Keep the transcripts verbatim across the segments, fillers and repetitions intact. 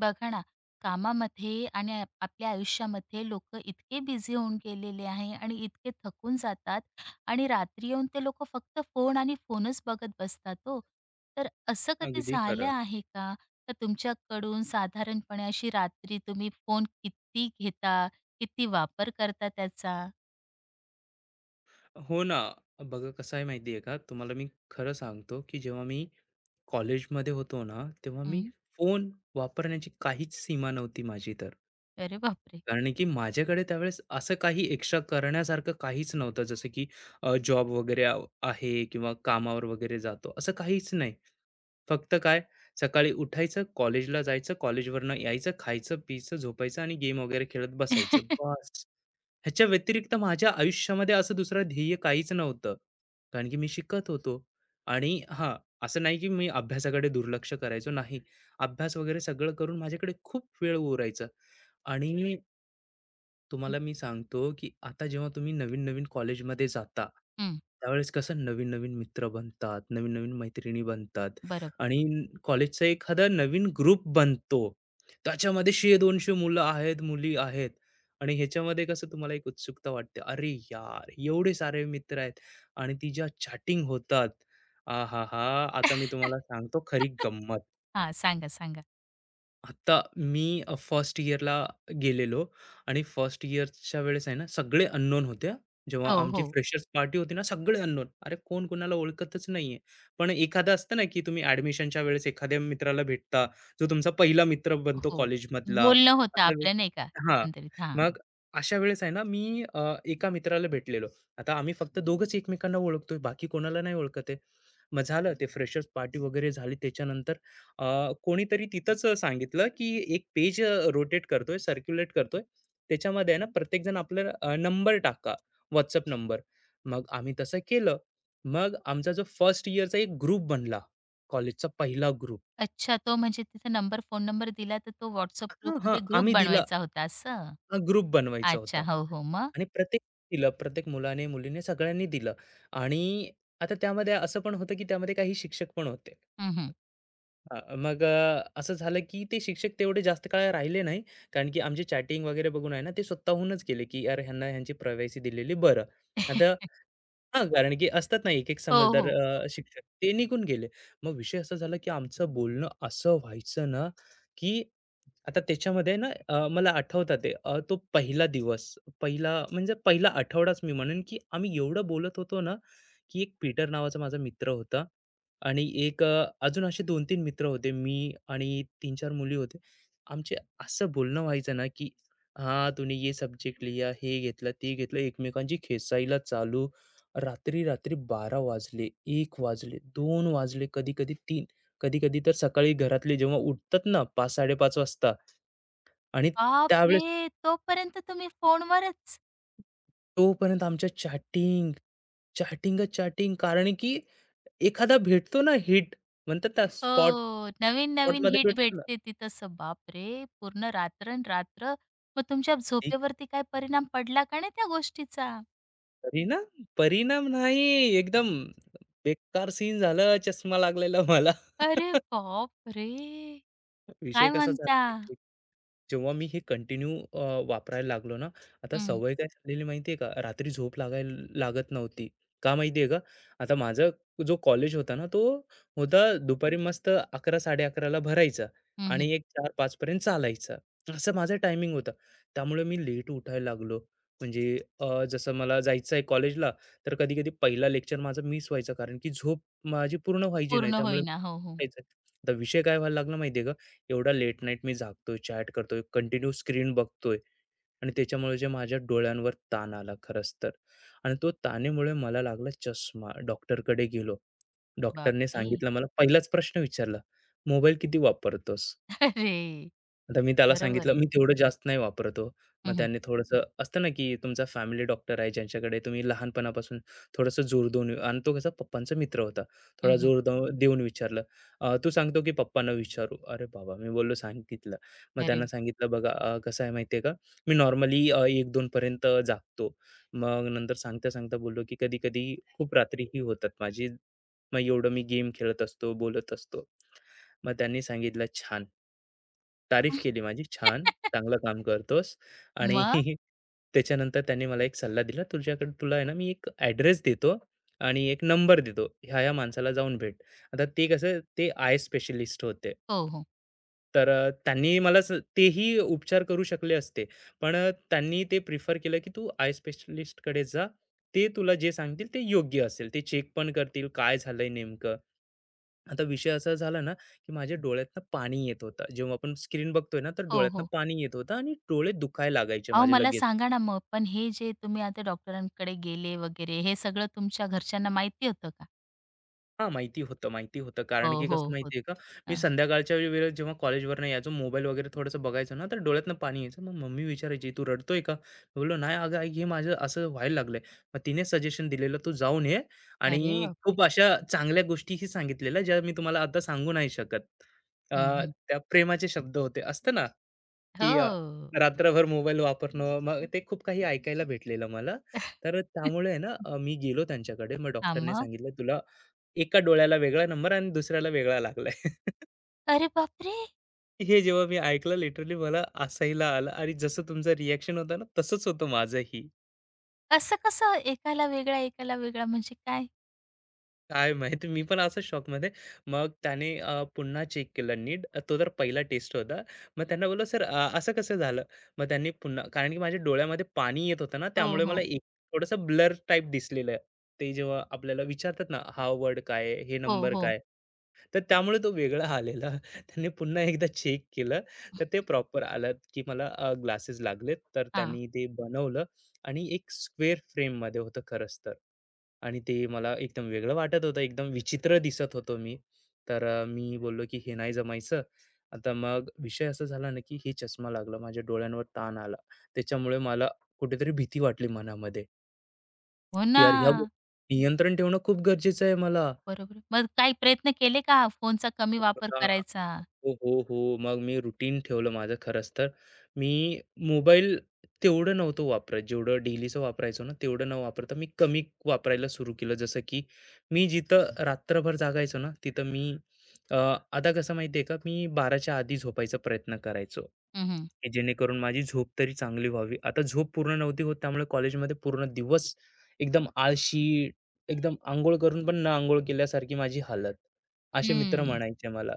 बघा ना, कामामध्ये आणि आप आपल्या आयुष्यामध्ये लोकं इतके बिझी होऊन गेलेले आहे आणि इतके थकून जातात आणि रात्री येऊन ते लोकं फक्त फोन आणि फोनच बघत बसतात हो. तर असं कधी अगदी झालं खरं. आहे का? तर तुमच्याकडून साधारणपणे अशी रात्री तुम्ही फोन किती घेता? किती वापर करता त्याचा? हो ना. बघा कसं आहे माहिती आहे का? तुम्हाला मी खरं सांगतो, की जेव्हा मी कॉलेजमध्ये होतो ना, तेव्हा मी हं. फोन वापरण्याची काहीच सीमा नव्हती माझी तर. अरे बापरे! कारण की माझ्याकडे त्यावेळेस असं काही एक्स्ट्रा करण्यासारखं काहीच नव्हतं. जसं की अ, जॉब वगैरे आ आहे किंवा कामावर वगैरे जातो, असं काहीच नाही. फक्त काय सकाळी उठायचं, कॉलेजला जायचं, कॉलेजवरनं यायचं, खायचं, प्यायचं, झोपायचं आणि गेम वगैरे खेळत बसायचं, बस. ह्याच्या व्यतिरिक्त माझ्या आयुष्यामध्ये असं दुसरं ध्येय काहीच नव्हतं. कारण की मी शिकत होतो आणि हां, असं नाही की मी अभ्यासाकडे दुर्लक्ष करायचो नाही. अभ्यास वगैरे सगळं करून माझ्याकडे खूप वेळ उरायचा आणि हं, तुम्हाला मी सांगतो, की आता जेव्हा तुम्ही नवीन-नवीन कॉलेजमध्ये जाता, त्यावेळेस कसं नवीन-नवीन मित्र बनतात, नवीन-नवीन मैत्रिणी बनतात बरोबर. आणि कॉलेजचा एखादा नवीन ग्रुप बनतो. त्याच्यामध्ये शंभर दोनशे मुलं आहेत, मुली आहेत आणि ह्याच्यामध्ये कसं तुम्हाला एक उत्सुकता वाटते. अरे यार! एवढे सारे मित्र आहेत आणि ती ज्या चॅटिंग होतात. आहाहा! आता मी तुम्हाला सांगतो खरी गंमत. हां, सांगा, सांगा. आता मी फर्स्ट इयरला गेलेलो आणि फर्स्ट इयरच्या वेळेस आहे ना, सगळे अननोन होते. जेव्हा हो, आमची हो, फ्रेशर्स पार्टी होती ना, सगळे अननोन. अरे कोण कोणाला ओळखतच नाहीये. पण एखादा असतं ना, की तुम्ही ॲडमिशनच्या वेळेस एखाद्या मित्राला भेटता, जो तुमचा पहिला मित्र बनतो हो. कॉलेजमधला. बोलणं होतं असा व्यक् आपलं नाही का हां, एकंदरीत. हां. मग अशा वेळेस आहे ना, मी अ, एका मित्राला भेटलेलो. आता आम्ही फक्त दोघंच एकमेकांना ओळखतोय, बाकी कोणाला नाही ओळखत आहे. मग झालं ते फ्रेशर्स पार्टी वगैरे झाली त्याच्यानंतर अ, कोणीतरी तिथंच अ, सांगितलं, की एक पेज अ, रोटेट करतोय, सर्क्युलेट करतोय. त्याच्यामध्ये आहे ना, प्रत्येकजण आपला अ, नंबर टाका, WhatsApp नंबर. मग आम्ही तसं केलं. मग आमचा जो फर्स्ट इयरचा एक ग्रुप बनला, कॉलेजचा पहिला ग्रुप. अच्छा, तो म्हणजे तिथे नंबर फोन नंबर दिला तर तो WhatsApp हां, हां. ग्रुपमध्ये ग्रुप आम्ही दिला, बनवायचा होता असं? अ, ग्रुप बनवायचा होता अच्छा. हो, हो. मग? आणि प्रत्येक दिलं, प्रत्येक मुलाने, मुलीने सगळ्यांनी दिलं आणि आता त्यामध्ये असं पण होतं, की त्यामध्ये काही शिक्षक पण होते. हं, हं. अ, मग अ, असं झालं की ते शिक्षक तेवढे जास्त काळ राहिले नाही. कारण की आमची चॅटिंग वगैरे बघून आहे ना, ते स्वतःहूनच गेले की "यार, ह्यांना ह्यांची प्रायव्हसी दिलेली बरं." आता हां, कारण की असतात ना, एक-एक हो, समजदार हो. अ, शिक्षक, ते निघून गेले. मग विषय असा झाला, की आमचं बोलणं असं व्हायचं ना, की आता त्याच्यामध्ये ना, अ, मला आठवतं ते अ, तो पहिला दिवस, पहिला म्हणजे पहिला आठवडाच मी म्हणेन, की आम्ही एवढं बोलत होतो ना, की एक पीटर नावाचा माझा मित्र होता आणि एक अ, अजून असे दोन तीन मित्र होते. मी आणि तीन चार मुली होते. आमचे असं बोलणं व्हायचं ना, की "हां, तुम्ही ये सब्जेक्ट लिया, हे घेतलं, ते घेतलं." एकमेकांची खेचायला चालू. रात्री, रात्री बारा वाजले, एक वाजले, दोन वाजले, कधी-कधी तीन, कधी-कधी तर सकाळी घरातले जेव्हा उठतात ना, पाच-साडे पाच वाजता आणि बापरे! त्यावेळेस तोपर्यंत तुम्ही फोनवरच. तोपर्यंत आमच्या चॅटिंग, चॅटिंगच चॅटिंग. कारण की एखादा भेटतो ना, हिट म्हणतात ना, स्पॉट हो. नवीन-नवीन स्पॉटमध्ये हिट भेटतो ना, भेटते तिथंसं. बापरे! पूर्ण रात्रंरात्र. मग तुमच्या ठीक झोपेवरती काय परिणाम पडला का नाही त्या गोष्टीचा? परिणाम. परिणाम नाही, एकदम बेकार सीन झालं, चष्मा लागलेला मला. अरे बापरे! विषय काय कसा झाला, म्हणता? जेव्हा मी हे कंटिन्यू अ, वापरायला लागलो ना, आता हं, सवय काय झालेली माहिती आहे का? रात्री झोप लागायला लागत नव्हती. का माहिती आहे का? आता माझा जो कॉलेज होता ना, तो होता दुपारी मस्त अकरा साड़े ला भरायचा हं, हं. आणि एक चार पाच पर्यंत चालायचा. असं माझा टायमिंग होता. त्यामुळे मी लेट उठायला लागलो. म्हणजे अ, जसं मला जायचं आहे कॉलेजला, तर कधी-कधी पहिला लेक्चर माझा मिस व्हायचा कारण की झोप माझी पूर्ण व्हायची नाही. पूर्ण त्यामुळे होईना. हो, हो. आता विषय काय व्हायला लागला माहिती का? एवढा लेट नाईट मी जागतोय, चॅट करतोय, कंटिन्यू स्क्रीन बघतोय आणि त्याच्यामुळे जे माझ्या डोळ्यांवर ताण आला खरंच तर आणि तो ताणामुळे मला लागला चष्मा. डॉक्टरकडे गेलो. डॉक्टरने बापरे! सांगितलं, मला पहिलाच प्रश्न विचारला, "मोबाईल किती वापरतोस?" अरे! आता मी त्याला बरोबर सांगितलं, आहे. "मी तेवढं जास्त नाही वापरत हो." मग हं. त्यांनी थोडंसं असतं ना, की तुमचा फॅमिली डॉक्टर आहे, ज्यांच्याकडे तुम्ही लहानपणापासून थोडंसं जोर देऊन, आणि तो कसा पप्पांचा मित्र होता. हं, थोडा हं. जोर देऊ देऊन विचारलं, "अ, तू सांगतो की पप्पांना विचारू?" अरे बाबा! मी बोललो, "सांगितलं." मग अरे त्यांना सांगितलं, "बघा अ, कसं आहे माहिती का, मी नॉर्मली अ, एक पर्यंत जागतो." मग नंतर सांगता-सांगता बोललो, की कधी-कधी खूप रात्रीही होतात माझी. मग एवढं मी गेम खेळत असतो, बोलत असतो. मग त्यांनी सांगितलं, "छान." वा. तारीफ केली माझी, "छान, चांगलं काम करतोस." आणि मग? त्याच्यानंतर त्यांनी मला एक सल्ला दिला, "तुझ्याकडे तुला आहे ना, मी एक ॲड्रेस देतो आणि एक नंबर देतो. ह्या-ह्या माणसाला जाऊन भेट." आता ते कसं, ते आय स्पेशलिस्ट होते. हो, हो. तर अ, त्यांनी मला स तेही उपचार करू शकले असते. पण अ, त्यांनी ते प्रिफर केलं, की तू आय स्पेशलिस्टकडे जा. ते तुला जे सांगतील ते योग्य असेल. ते चेक पण करतील, काय झालंय नेमकं. आता विषय असा झाला ना, की माझ्या डोळ्यातनं पाणी येत होतं. जेव्हा आपण स्क्रीन बघतोय ना, तर हो, डोळ्यातनं हो. पाणी येत होतं आणि डोळे दुखायला लागायचे अहो, माझे मला लगेच. सांगा ना मग, पण हे जे तुम्ही आता डॉक्टरांकडे गेले वगैरे, हे सगळं तुमच्या घरच्यांना माहिती होतं का? हां, माहिती होतं, माहिती होतं. हो, कारण की हो, कसं होतं. माहिती का, मी हं. संध्याकाळच्या वेळेस जेव्हा कॉलेजवरून यायचो, मोबाईल वगैरे थोडंसं बघायचो ना, तर डोळ्यातनं पाणी यायचं. मग मम्मी विचारायची, "तू रडतोय का?" मी बोललो, "नाही अगं आई, हे माझं असं व्हायला लागलंय." मग तिने सजेशन दिलेलं, "तू जाऊन ये अरे आणि बापरे! खूप अशा चांगल्या गोष्टीही सांगितलेल्या, ज्या मी तुम्हाला आता सांगू नाही शकत." अ, हं, हं. त्या प्रेमाचे शब्द होते. असतं ना, की अ, हो. रात्रभर मोबाईल वापरणं, मग ते खूप काही ऐकायला भेटलेलं मला. तर त्यामुळे आहे ना, अ, मी गेलो त्यांच्याकडे. मग हां, डॉक्टरने मग? सांगितलं, "तुला एका डोळ्याला वेगळा नंबर आणि दुसऱ्याला वेगळा लागलाय." अरे बापरे! हे जेव्हा मी ऐकलं लिटरली मला हसायला आलं आणि जसं तुमचं रिएक्शन होतं ना, तसंच होतं माझंही. असं कसं? एकाला वेगळा, एकाला वेगळा म्हणजे काय? काय माहित मी पण असंच शॉकमध्ये. मग त्याने अ, पुन्हा चेक केलं नीट. तो तर पहिला टेस्ट होता. मग त्यांना बोललो, "सर अ, असं कसं झालं?" मग त्यांनी पुन्हा, कारण की माझ्या डोळ्यामध्ये पाणी येत होतं ना, हो, त्यामुळे मला हो. एक थोडंसं ब्लर टाइप दिसलेलं. ते जेव्हा आपल्याला विचारतात ना, हा वर्ड काय आहे? हे हो, नंबर काय हो. आहे? तर त्यामुळे तो वेगळा आलेला. त्यांनी पुन्हा एकदा चेक केलं, तर ते प्रॉपर आलं, की मला अ, ग्लासेस लागलेत. तर हां. त्यांनी ते बनवलं आणि एक स्क्वेअर फ्रेममध्ये होतं खरंच तर. आणि ते मला एकदम वेगळं वाटत होतं, एकदम विचित्र दिसत होतो मी. तर अ, मी बोललो, की हे नाही जमायचं. आता मग विषय असा झाला ना, की हे चष्मा लागला, माझ्या डोळ्यांवर ताण आला. त्याच्यामुळे मला कुठेतरी भीती वाटली मनामध्ये, हो की ना. यार ह्या गो, नियंत्रण ठेवणं खूप गरजेचं आहे मला. बरोबर. मग काही प्रयत्न केले का फोनचा कमी वापर करायचा? हो, हो, हो. मग मी रुटीन ठेवलं माझं खरंच तर. मी मोबाईल तेवढं नव्हतं वापरत, जेवढं डेलीचं वापरायचो ना, तेवढं न वापरता मी कमी वापरायला सुरू केलं. जसं की मी जिथं रात्रभर जागायचो ना, तिथं मी अ, आता कसं माहिती का, मी 12च्या आधी झोपायचा प्रयत्न करायचो, हं, हं. की जेणेकरून माझी झोप तरी चांगली व्हावी. आता झोप पूर्ण नव्हती होत, त्यामुळे कॉलेजमध्ये पूर्ण दिवस एकदम आळशी, एकदम अंघोळ करून पण न अंघोळ केल्यासारखी माझी हालत. असे मित्र म्हणायचे मला.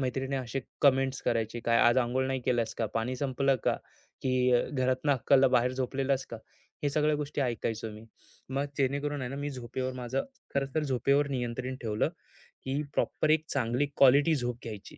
मैत्रिणी असे कमेंट्स करायचे, "काय आज अंघोळ नाही केलास का? पाणी संपलं का? की अ, घरातनं अक्कलला बाहेर झोपलेलास का?" हे सगळ्या गोष्टी ऐकायचो मी. मग जेणेकरून आहे ना, मी झोपेवर माझं, खरं तर झोपेवर नियंत्रण ठेवलं, की प्रॉपर एक चांगली क्वालिटी झोप घ्यायची.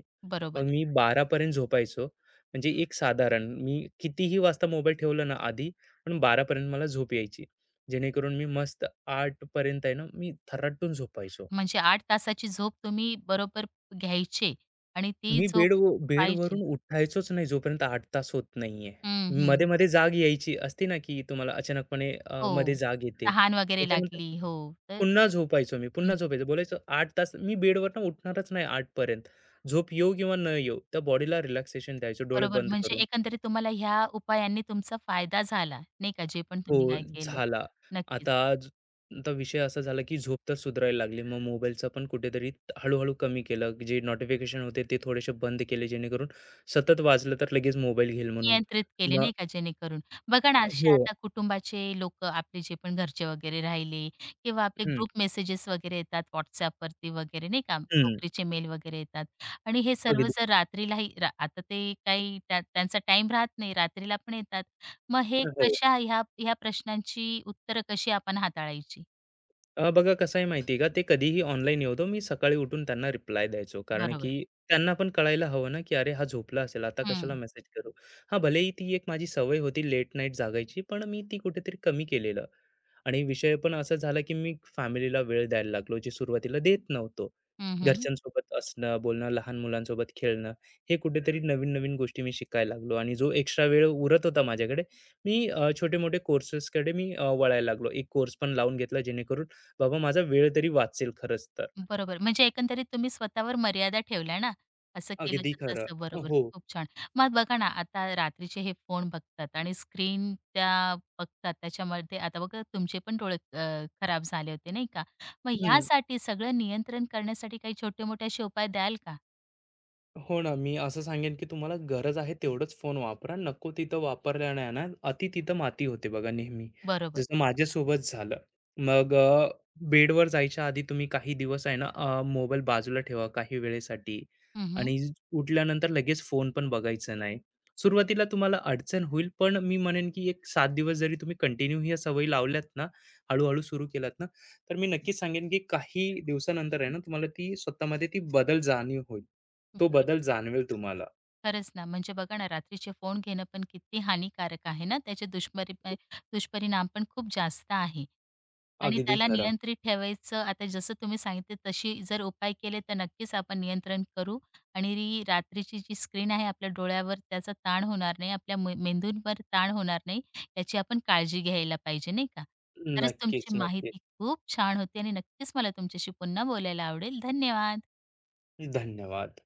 मग बरोबर मी बारा झोपायचो. म्हणजे एक साधारण मी कितीही वाजता मोबाईल ठेवला ना आधी, पण बारा मला झोप यायची. जेणेकरून मी मस्त आठ आहे ना, मी थराटून झोपायचो. म्हणजे आठ तासाची झोप तुम्ही बरोबर घ्यायचे आणि ती मी झोप बेड व पाहिजे. बेडवरून उठायचोच नाही जोपर्यंत आठ तास होत नाहीये. हं, हं. मध्ये-मध्ये जाग यायची असते ना, की तुम्हाला अचानकपणे अ, मध्ये हो. जाग येते. तहान वगैरे त्याच्यानंतर लागली. हो. तर पुन्हा झोपायचो मी, पुन्हा हं, झोपायचो. बोलायचो आठ तास मी बेडवरनं उठणारच नाही आठ पर्यंत. झोप येऊ किंवा न येऊ, त्या बॉडीला रिलॅक्सेशन द्यायचो डोळे बरोबर बंद म्हणजे करून. एकंदरीत तुम्हाला ह्या उपायांनी तुमचा फायदा झाला, नाही का, जे पण तुम्ही हो, काय केलं. झाला. नक्कीच. आता ज, आता विषय असा झाला, की झोप तर सुधारायला लागली. मग मोबाईलचा पण कुठेतरी त- हळू-हळू कमी केलं. जे नोटिफिकेशन होते ते थोडेसे बंद केले, जेणेकरून सतत वाजलं तर लगेच मोबाईल घेईल म्हणून. नियंत्रित केले मग नाही का जेणेकरून. बघा ना, असे हो. आता कुटुंबाचे लोक आपले जे पण घरचे वगैरे राहिले किंवा आपले हं, ग्रुप मेसेजेस वगैरे येतात WhatsAppवरती वगैरे नाही का, हं. नोकरीचे मेल वगैरे येतात आणि हे सर्व अगदी. जर रात्रीलाही रा आता ते काही त्या त्यांचा टाईम राहत नाही, रात्रीला पण येतात. मग हे हो. कशा ह्या ह्या प्रश्नांची उत्तरं कशी आपण हाताळायची? अ, बघा कसं आहे माहिती आहे का, ते कधीही ऑनलाईन येऊ दो, मी सकाळी उठून त्यांना रिप्लाय द्यायचो. कारण बरोबर. की त्यांना पण कळायला हवं ना, की "अरे, हा झोपला असेल, आता कशाला हं. मेसेज करू." हां, भलेही ती एक माझी सवय होती लेट नाईट जागायची, पण मी ती कुठेतरी कमी केलेलं. आणि विषय पण असा झाला, की मी फॅमिलीला वेळ द्यायला लागलो, जे सुरुवातीला देत नव्हतो. हं, हं. घरच्यांसोबत असणं, बोलणं, लहान मुलांसोबत खेळणं, हे कुठेतरी नवीन-नवीन गोष्टी मी शिकायला लागलो आणि जो एक्स्ट्रा वेळ उरत होता माझ्याकडे, मी अ, छोटे-मोठे कोर्सेसकडे मी अ, वळायला लागलो. एक कोर्स पण लावून घेतला, जेणेकरून बाबा माझा वेळ तरी वाचेल खरंच तर. बरोबर. म्हणजे एकंदरीत तुम्ही स्वतःवर मर्यादा ठेवल्या ना, असं केलं अगदी तर खरं. तसं. बरोबर, हो. खूप छान. मग बघा ना, आता रात्रीचे हे फोन बघतात आणि स्क्रीन त्या बघतात त्याच्यामध्ये आता बघा तुमचे पण डोळे अ, खराब झाले होते नाही का? मग हं. ह्यासाठी सगळं नियंत्रण करण्यासाठी काही छोटे-मोठे असे उपाय द्याल का? हो ना, मी असं सांगेन की तुम्हाला गरज आहे तेवढंच फोन वापरा. नको तिथं वापरल्याने आहे ना, अति तिथं माती होते बघा नेहमी. बरोबर. जसं माझ्यासोबत झालं. मग अ, बेडवर जायच्या आधी तुम्ही काही दिवस आहे ना, अ, मोबाईल बाजूला ठेवा काही वेळेसाठी हं, आणि उठल्यानंतर लगेच फोन पण बघायचा नाही. सुरुवातीला तुम्हाला अडचण होईल, पण मी म्हणेन की एक सात दिवस जरी तुम्ही कंटिन्यू ह्या सवयी लावल्यात ना, हळू सुरू केलात ना, तर मी नक्कीच सांगेन की काही दिवसानंतर आहे ना, तुम्हाला ती स्वतःमध्ये ती बदल जाणीव होईल. तो बरोबर. बदल जाणवेल तुम्हाला. खरंच ना, म्हणजे बघा ना, रात्रीचे फोन घेणं पण किती हानिकारक आहे ना, त्याचे दुष्परिपा दुष्परिणाम पण खूप जास्त आहे. आणि अगदी त्याला खरं. नियंत्रित ठेवायचं. आता जसं तुम्ही सांगितले तशी जर उपाय केले तर नक्कीच आपण नियंत्रण करू आणि री रात्रीची जी स्क्रीन आहे आपल्या डोळ्यावर त्याचा ताण होणार नाही, आपल्या मे मेंदूंवर ताण होणार नाही, याची आपण काळजी घ्यायला पाहिजे, नाही का? खरंच नक्कीच, तुमची नक्कीच. माहिती खूप छान होती आणि नक्कीच मला तुमच्याशी पुन्हा बोलायला आवडेल. धन्यवाद. धन्यवाद.